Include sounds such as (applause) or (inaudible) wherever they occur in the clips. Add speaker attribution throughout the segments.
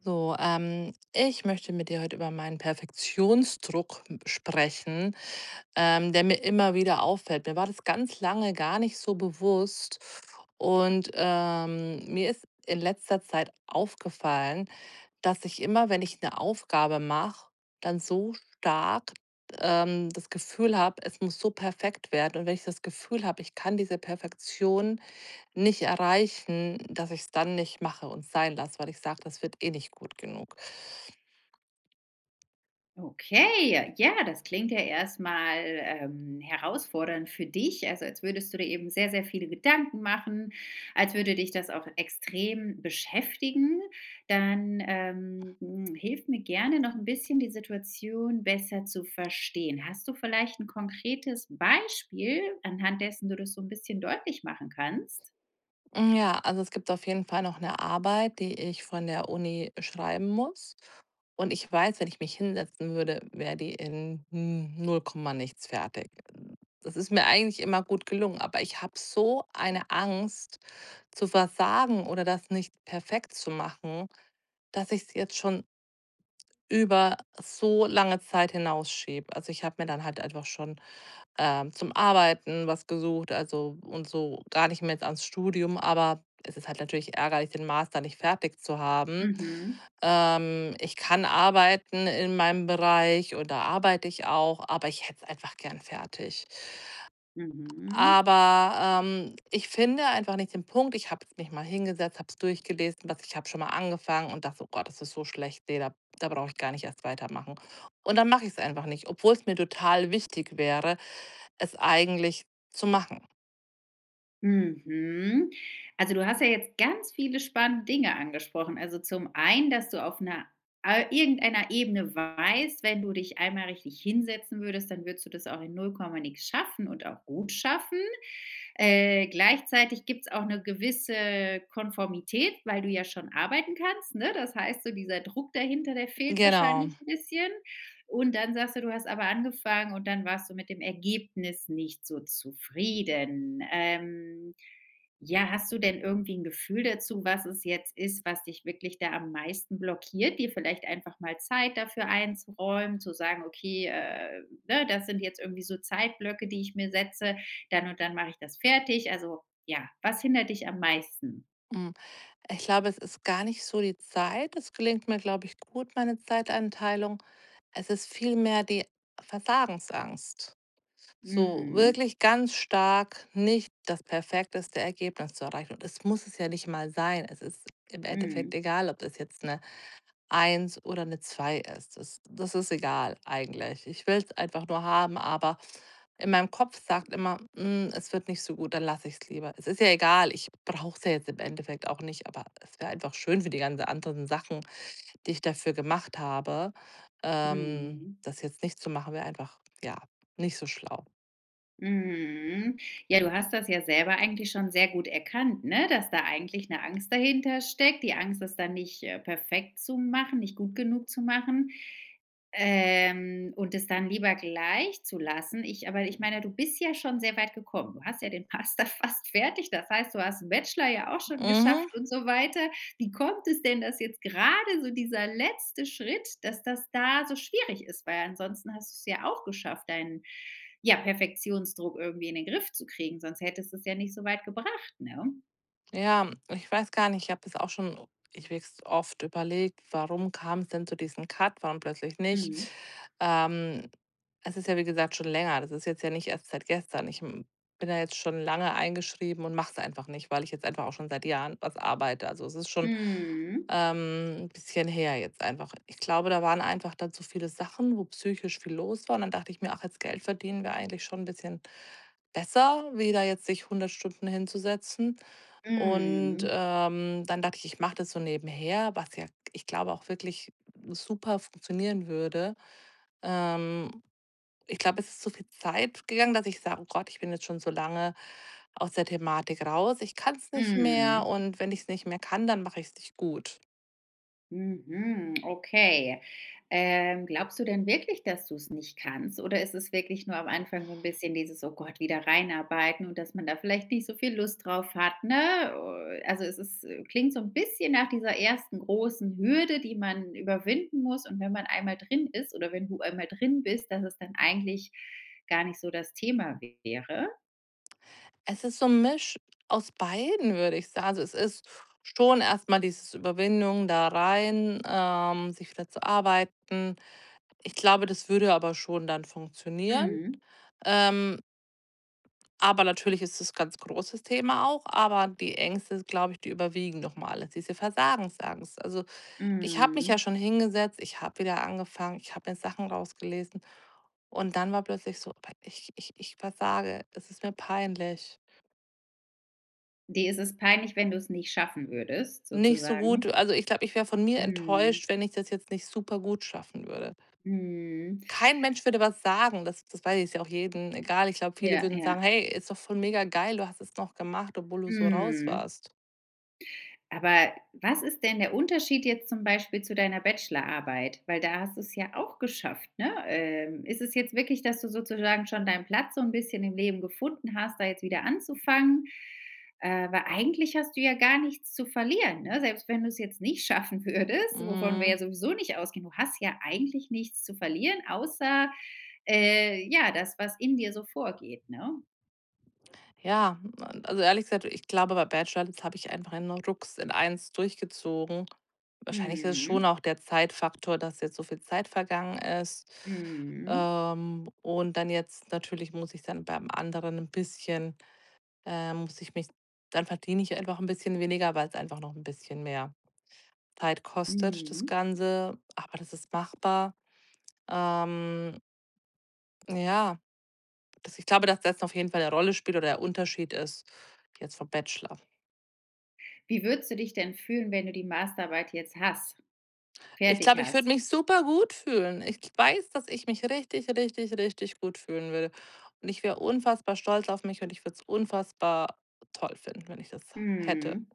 Speaker 1: So, ich möchte mit dir heute über meinen Perfektionsdruck sprechen, der mir immer wieder auffällt. Mir war das ganz lange gar nicht so bewusst. Und mir ist in letzter Zeit aufgefallen, dass ich immer, wenn ich eine Aufgabe mache, dann so stark das Gefühl habe, es muss so perfekt werden. Und wenn ich das Gefühl habe, ich kann diese Perfektion nicht erreichen, dass ich es dann nicht mache und sein lasse, weil ich sage, das wird eh nicht gut genug.
Speaker 2: Okay, ja, das klingt ja erstmal herausfordernd für dich. Also, als würdest du dir eben sehr, sehr viele Gedanken machen, als würde dich das auch extrem beschäftigen. Dann, hilf mir gerne noch ein bisschen, die Situation besser zu verstehen. Hast du vielleicht ein konkretes Beispiel, anhand dessen du das so ein bisschen deutlich machen kannst?
Speaker 1: Hm, ja, also es gibt auf jeden Fall noch eine Arbeit, die ich von der Uni schreiben muss. Und ich weiß, wenn ich mich hinsetzen würde, wäre die in, null Komma nichts fertig. Das ist mir eigentlich immer gut gelungen, aber ich habe so eine Angst zu versagen oder das nicht perfekt zu machen, dass ich es jetzt schon über so lange Zeit hinausschiebe. Also, ich habe mir dann halt einfach schon zum Arbeiten was gesucht, also und so gar nicht mehr jetzt ans Studium, aber es ist halt natürlich ärgerlich, den Master nicht fertig zu haben.
Speaker 2: Mhm,
Speaker 1: Ich kann arbeiten in meinem Bereich und da arbeite ich auch, aber ich hätte es einfach gern fertig.
Speaker 2: mhm.
Speaker 1: Aber, ich finde einfach nicht den Punkt. Ich habe mich mal hingesetzt, habe es durchgelesen, was ich habe schon mal angefangen und dachte: „Oh Gott, das ist so schlecht. Ne, da brauche ich gar nicht erst weitermachen.“ Und dann mache ich es einfach nicht, obwohl es mir total wichtig wäre, es eigentlich zu machen.
Speaker 2: Mhm. Also, du hast ja jetzt ganz viele spannende Dinge angesprochen. Also, zum einen, dass du auf einer ei irgendeiner Ebene weißt, wenn du dich einmal richtig hinsetzen würdest, dann würdest du das auch in null Komma nix schaffen und auch gut schaffen. Gleichzeitig gibt es auch eine gewisse Konformität, weil du ja schon arbeiten kannst, ne? Das heißt so, dieser Druck dahinter, der fehlt
Speaker 1: Genau.
Speaker 2: wahrscheinlich ein bisschen. Und dann sagst du, du hast aber angefangen und dann warst du mit dem Ergebnis nicht so zufrieden. Ja, hast du denn irgendwie ein Gefühl dazu, was es jetzt ist, was dich wirklich da am meisten blockiert, dir vielleicht einfach mal Zeit dafür einzuräumen, zu sagen: „Okay, ne, das sind jetzt irgendwie so Zeitblöcke, die ich mir setze, dann und dann mache ich das fertig.“ Also, ja, was hindert dich am meisten?
Speaker 1: Mhm. Ich glaube, es ist gar nicht so die Zeit. Es gelingt mir, glaube ich, gut, meine Zeiteinteilung. Es ist vielmehr die Versagensangst. So
Speaker 2: Mhm.
Speaker 1: wirklich ganz stark nicht das perfekteste Ergebnis zu erreichen. Und es muss es ja nicht mal sein. Es ist im Endeffekt
Speaker 2: Mhm.
Speaker 1: egal, ob das jetzt eine eins oder eine zwei ist. Das ist egal eigentlich. Ich will es einfach nur haben, aber in meinem Kopf sagt immer: „Hm, es wird nicht so gut, dann lasse ich es lieber.“ Es ist ja egal, ich brauche es ja jetzt im Endeffekt auch nicht, aber es wäre einfach schön für die ganzen anderen Sachen, die ich dafür gemacht habe.
Speaker 2: Mhm.
Speaker 1: Das jetzt nicht zu machen, wäre einfach, ja, nicht so schlau.
Speaker 2: Mhm. Ja, du hast das ja selber eigentlich schon sehr gut erkannt, ne? Dass da eigentlich eine Angst dahinter steckt. Die Angst, das dann nicht, perfekt zu machen, nicht gut genug zu machen, und es dann lieber gleich zu lassen. Ich aber ich meine, du bist ja schon sehr weit gekommen. Du hast ja den Master (laughs) fast fertig. Das heißt, du hast 'n Bachelor ja auch schon
Speaker 1: Mhm.
Speaker 2: geschafft und so weiter. Wie kommt es denn, dass jetzt gerade so dieser letzte Schritt dass das da so schwierig ist? Weil ansonsten hast du es ja auch geschafft, deinen, ja, Perfektionsdruck irgendwie in den Griff zu kriegen, sonst hättest du es ja nicht so weit gebracht, ne?
Speaker 1: Ja, ich weiß gar nicht, ich habe es auch schon ewigst oft überlegt, warum kam es denn zu diesem Cut, warum plötzlich nicht?
Speaker 2: Mhm.
Speaker 1: Ähm, es ist ja, wie gesagt, schon länger. Das ist jetzt ja nicht erst seit gestern. Ich m bin da jetzt schon lange eingeschrieben und mache es einfach nicht, weil ich jetzt einfach auch schon seit Jahren was arbeite. Also, es ist schon,
Speaker 2: Mhm.
Speaker 1: 'n bisschen her jetzt einfach. Ich glaube, da waren einfach dann so viele Sachen, wo psychisch viel los war und dann dachte ich mir: „Ach, jetzt Geld verdienen wäre eigentlich schon 'n bisschen besser, wie da jetzt sich 100 Stunden hinzusetzen.“ Und,
Speaker 2: Mhm.
Speaker 1: dann dachte ich, ich mache das so nebenher, was ja, ich glaube, auch wirklich super funktionieren würde. Ähm, ich glaube, es ist so viel Zeit gegangen, dass ich sage: „Oh Gott, ich bin jetzt schon so lange aus der Thematik raus. Ich kann es nicht mehr
Speaker 2: Mhm.
Speaker 1: und wenn ich es nicht mehr kann, dann mache ich es nicht gut.“
Speaker 2: Mhm, okay. Glaubst du denn wirklich, dass du es nicht kannst? Oder ist es wirklich nur am Anfang so ein bisschen dieses: „Oh Gott, wieder reinarbeiten“ und dass man da vielleicht nicht so viel Lust drauf hat, ne? Also, es ist klingt so ein bisschen nach dieser ersten großen Hürde, die man überwinden muss und wenn man einmal drin ist oder wenn du einmal drin bist, dass es dann eigentlich gar nicht so das Thema wäre?
Speaker 1: Es ist so ein Misch aus beiden, würde ich sagen. Also, es ist schon erst mal dieses Überwindung da rein, sich wieder zu arbeiten. Ich glaube, das würde aber schon dann funktionieren.
Speaker 2: Mhm,
Speaker 1: Ähm, Aber natürlich ist es ein ganz großes Thema auch, aber die Ängste, glaube ich, die überwiegen nochmal. Mal alles, diese Versagensangst. Also, ich habe mich ja
Speaker 2: mhm.
Speaker 1: schon hingesetzt, ich habe wieder angefangen, ich habe mir Sachen rausgelesen und dann war plötzlich so: „Aber ich versage, es ist mir peinlich.“
Speaker 2: Dir ist es peinlich, wenn du es nicht schaffen würdest,
Speaker 1: Nicht so gut,
Speaker 2: sozusagen?
Speaker 1: also, ich glaube, ich wäre von mir
Speaker 2: Mhm.
Speaker 1: enttäuscht, wenn ich das jetzt nicht super gut schaffen würde.
Speaker 2: Mhm.
Speaker 1: Kein Mensch würde was sagen, das weiß ich, ist ja auch jedem egal. Ich glaube, viele
Speaker 2: Ja,
Speaker 1: würden sagen:
Speaker 2: ja.
Speaker 1: „Hey, ist doch voll mega geil, du hast es noch gemacht, obwohl du so raus
Speaker 2: Mhm.
Speaker 1: warst.“
Speaker 2: Aber was ist denn der Unterschied jetzt zum Beispiel zu deiner Bachelorarbeit? Weil da hast du es ja auch geschafft, ne? Ist es jetzt wirklich, dass du sozusagen schon deinen Platz so ein bisschen im Leben gefunden hast, da jetzt wieder anzufangen? Weil eigentlich hast du ja gar nichts zu verlieren, ne? Selbst wenn du es jetzt nicht schaffen (laughs) würdest, wovon wir
Speaker 1: Hm.
Speaker 2: ja sowieso nicht ausgehen, du hast ja eigentlich nichts zu verlieren, außer, ja, das, was in dir so vorgeht, ne?
Speaker 1: Ja, also ehrlich gesagt, ich glaube, bei Bachelorette habe ich einfach einen Rucks in eins durchgezogen. Wahrscheinlich ist es schon
Speaker 2: Mhm.
Speaker 1: auch der Zeitfaktor, dass jetzt so viel Zeit vergangen ist.
Speaker 2: Mhm.
Speaker 1: Und dann jetzt natürlich muss ich dann beim anderen ein bisschen, muss ich mich, dann verdiene ich einfach ein bisschen weniger, weil es einfach noch ein bisschen mehr Zeit kostet, das
Speaker 2: Mhm.
Speaker 1: Ganze. Aber das ist machbar. Ähm, ja, das, ich glaube, dass das auf jeden Fall eine Rolle spielt oder der Unterschied ist jetzt vom Bachelor.
Speaker 2: Wie würdest du dich denn fühlen, wenn du die Masterarbeit jetzt hast
Speaker 1: Ich
Speaker 2: fertig
Speaker 1: glaube, ich würde
Speaker 2: hast?
Speaker 1: mich super gut fühlen. Ich weiß, dass ich mich richtig, richtig, richtig gut fühlen würde. Und ich wäre unfassbar stolz auf mich und ich würde es unfassbar toll finden, wenn ich das hätte.
Speaker 2: Mhm.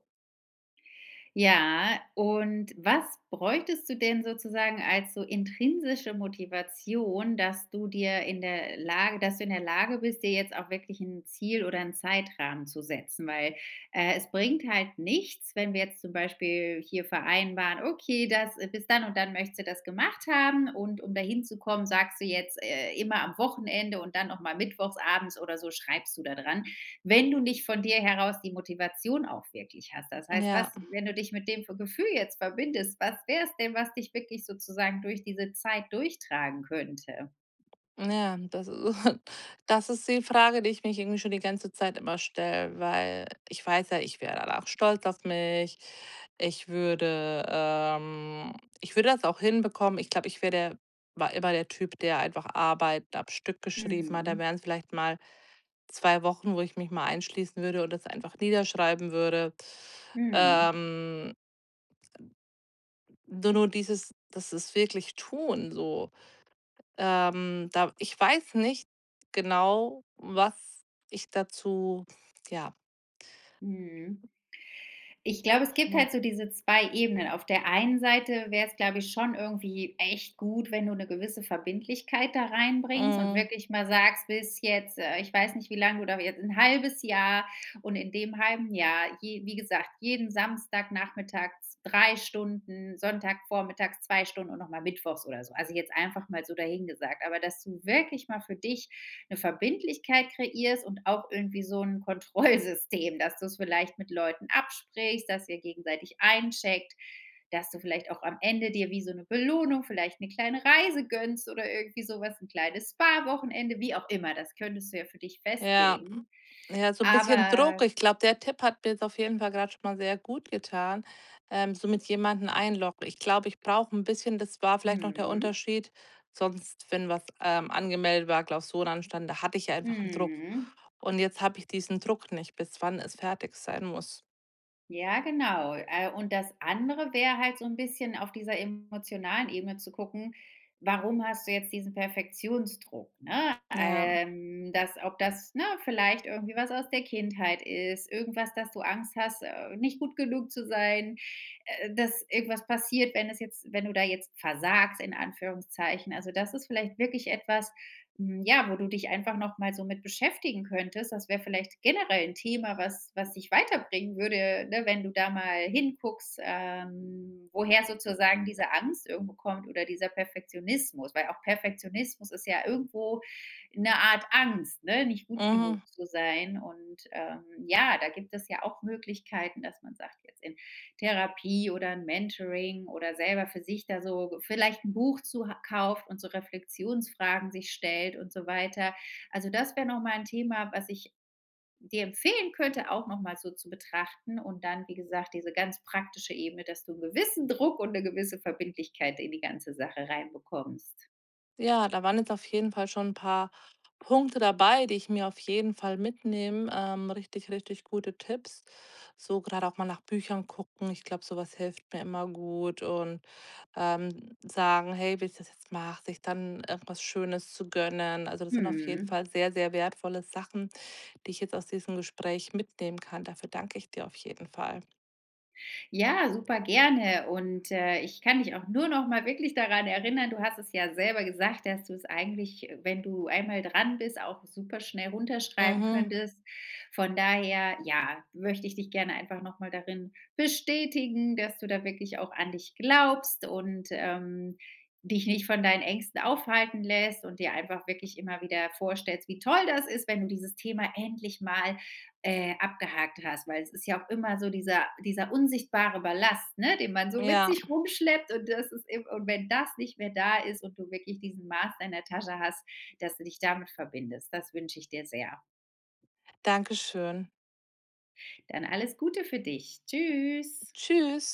Speaker 2: Ja, und was bräuchtest du denn sozusagen als so intrinsische Motivation, dass du in der Lage bist, dir jetzt auch wirklich ein Ziel oder einen Zeitrahmen zu setzen? Weil, es bringt halt nichts, wenn wir jetzt zum Beispiel hier vereinbaren: „Okay, das bis dann und dann möchtest du das gemacht haben“ und um dahin zu kommen sagst du jetzt, immer am Wochenende und dann noch mal mittwochsabends oder so schreibst du da dran wenn du nicht von dir heraus die Motivation auch wirklich hast. Das heißt, was
Speaker 1: Ja,
Speaker 2: wenn du dich mit dem Gefühl jetzt verbindest, was wäre es denn, was dich wirklich sozusagen durch diese Zeit durchtragen könnte?
Speaker 1: ja, das ist, (laughs) das ist die Frage, die ich mich irgendwie schon die ganze Zeit immer stelle, weil ich weiß ja, ich wäre danach stolz auf mich. Ich würde, ähm, ich würde das auch hinbekommen. Ich glaube, ich wäre der, war immer der Typ, der einfach Arbeiten ab Stück geschrieben hat. Da
Speaker 2: Mhm.
Speaker 1: wären es vielleicht mal 2 Wochen, wo ich mich mal einschließen würde und das einfach niederschreiben würde.
Speaker 2: Mhm.
Speaker 1: Ähm, nur dieses das ist wirklich tun so. Da ich weiß nicht genau, was ich dazu ja,
Speaker 2: Mhm. Ich glaube, es gibt
Speaker 1: hm,
Speaker 2: halt so diese 2 Ebenen. Auf der einen Seite wäre es, glaube ich, schon irgendwie echt gut, wenn du eine gewisse Verbindlichkeit da reinbringst und
Speaker 1: hm,
Speaker 2: wirklich mal sagst: „Bis jetzt, ich weiß nicht, wie lange du da jetzt ein halbes Jahr.“ Und in dem halben Jahr, je, wie gesagt, jeden Samstag nachmittags drei Stunden, Sonntag vormittags zwei Stunden und nochmal mittwochs oder so. Also jetzt einfach mal so dahingesagt. Aber dass du wirklich mal für dich eine Verbindlichkeit kreierst und auch irgendwie so ein Kontrollsystem, dass du es vielleicht mit Leuten absprichst, dass ihr gegenseitig eincheckt, dass du vielleicht auch am Ende dir wie so eine Belohnung vielleicht eine kleine Reise gönnst oder irgendwie sowas, ein kleines Spa-Wochenende, wie auch immer. Das könntest du ja für dich
Speaker 1: ja.
Speaker 2: festlegen.
Speaker 1: Ja, so ein bisschen Druck.
Speaker 2: Aber
Speaker 1: Ich glaube, der Tipp hat mir jetzt auf jeden Fall gerade schon mal sehr gut getan, so mit jemanden einloggen. Ich glaube, ich brauche ein bisschen, das war vielleicht noch der
Speaker 2: mhm,
Speaker 1: Unterschied. Sonst, wenn was, angemeldet war, Klausuren anstanden, da hatte ich ja einfach einen Druck.
Speaker 2: mhm.
Speaker 1: Und jetzt habe ich diesen Druck nicht, bis wann es fertig sein muss.
Speaker 2: Ja, genau. Und das andere wäre halt so ein bisschen auf dieser emotionalen Ebene zu gucken, warum hast du jetzt diesen Perfektionsdruck, ne?
Speaker 1: Ja.
Speaker 2: Dass ob das, ne, vielleicht irgendwie was aus der Kindheit ist, irgendwas, dass du Angst hast, nicht gut genug zu sein, dass irgendwas passiert, wenn du da jetzt „versagst“, in Anführungszeichen. Also, das ist vielleicht wirklich etwas, ja, wo du dich einfach noch mal so mit beschäftigen könntest. Das wäre vielleicht generell ein Thema, was dich weiterbringen würde, ne, wenn du da mal hinguckst, woher sozusagen diese Angst irgendwo kommt oder dieser Perfektionismus, weil auch Perfektionismus ist ja irgendwo eine Art Angst, ne, nicht gut
Speaker 1: Mhm.
Speaker 2: genug zu sein. Und, ja, da gibt es ja auch Möglichkeiten, dass man sagt: „Jetzt Therapie oder ein Mentoring oder selber für sich da so vielleicht ein Buch zu ha kauft und so Reflexionsfragen sich stellt und so weiter.“ Also, das wäre noch mal 'n Thema, was ich dir empfehlen könnte, auch noch mal so zu betrachten und dann, wie gesagt, diese ganz praktische Ebene, dass du einen gewissen Druck und eine gewisse Verbindlichkeit in die ganze Sache reinbekommst.
Speaker 1: Ja, da waren jetzt auf jeden Fall schon ein paar Punkte dabei, die ich mir auf jeden Fall mitnehme. Richtig, richtig gute Tipps. So gerade auch mal nach Büchern gucken. Ich glaube, sowas hilft mir immer gut, und sagen: „Hey, wie ich das jetzt mache“, sich dann irgendwas Schönes zu gönnen. Also, das sind auf jeden
Speaker 2: Mhm.
Speaker 1: Fall sehr, sehr wertvolle Sachen, die ich jetzt aus diesem Gespräch mitnehmen kann. Dafür danke ich dir auf jeden Fall.
Speaker 2: Ja, super gerne. Und, ich kann dich auch nur noch mal wirklich daran erinnern, du hast es ja selber gesagt, dass du es eigentlich, wenn du einmal dran bist, auch super schnell runterschreiben
Speaker 1: Mhm,
Speaker 2: könntest. Von daher, ja, möchte ich dich gerne einfach noch mal darin bestätigen, dass du da wirklich auch an dich glaubst und, dich nicht von deinen Ängsten aufhalten lässt und dir einfach wirklich immer wieder vorstellst, wie toll das ist, wenn du dieses Thema endlich mal abgehakt hast, weil es ist ja auch immer so dieser unsichtbare Ballast, ne, den man so mit
Speaker 1: ja,
Speaker 2: sich rumschleppt und das ist eben und wenn das nicht mehr da ist und du wirklich diesen Master in der Tasche hast, dass du dich damit verbindest. Das wünsche ich dir sehr.
Speaker 1: danke schön.
Speaker 2: Dann alles Gute für dich. Tschüss.
Speaker 1: Tschüss.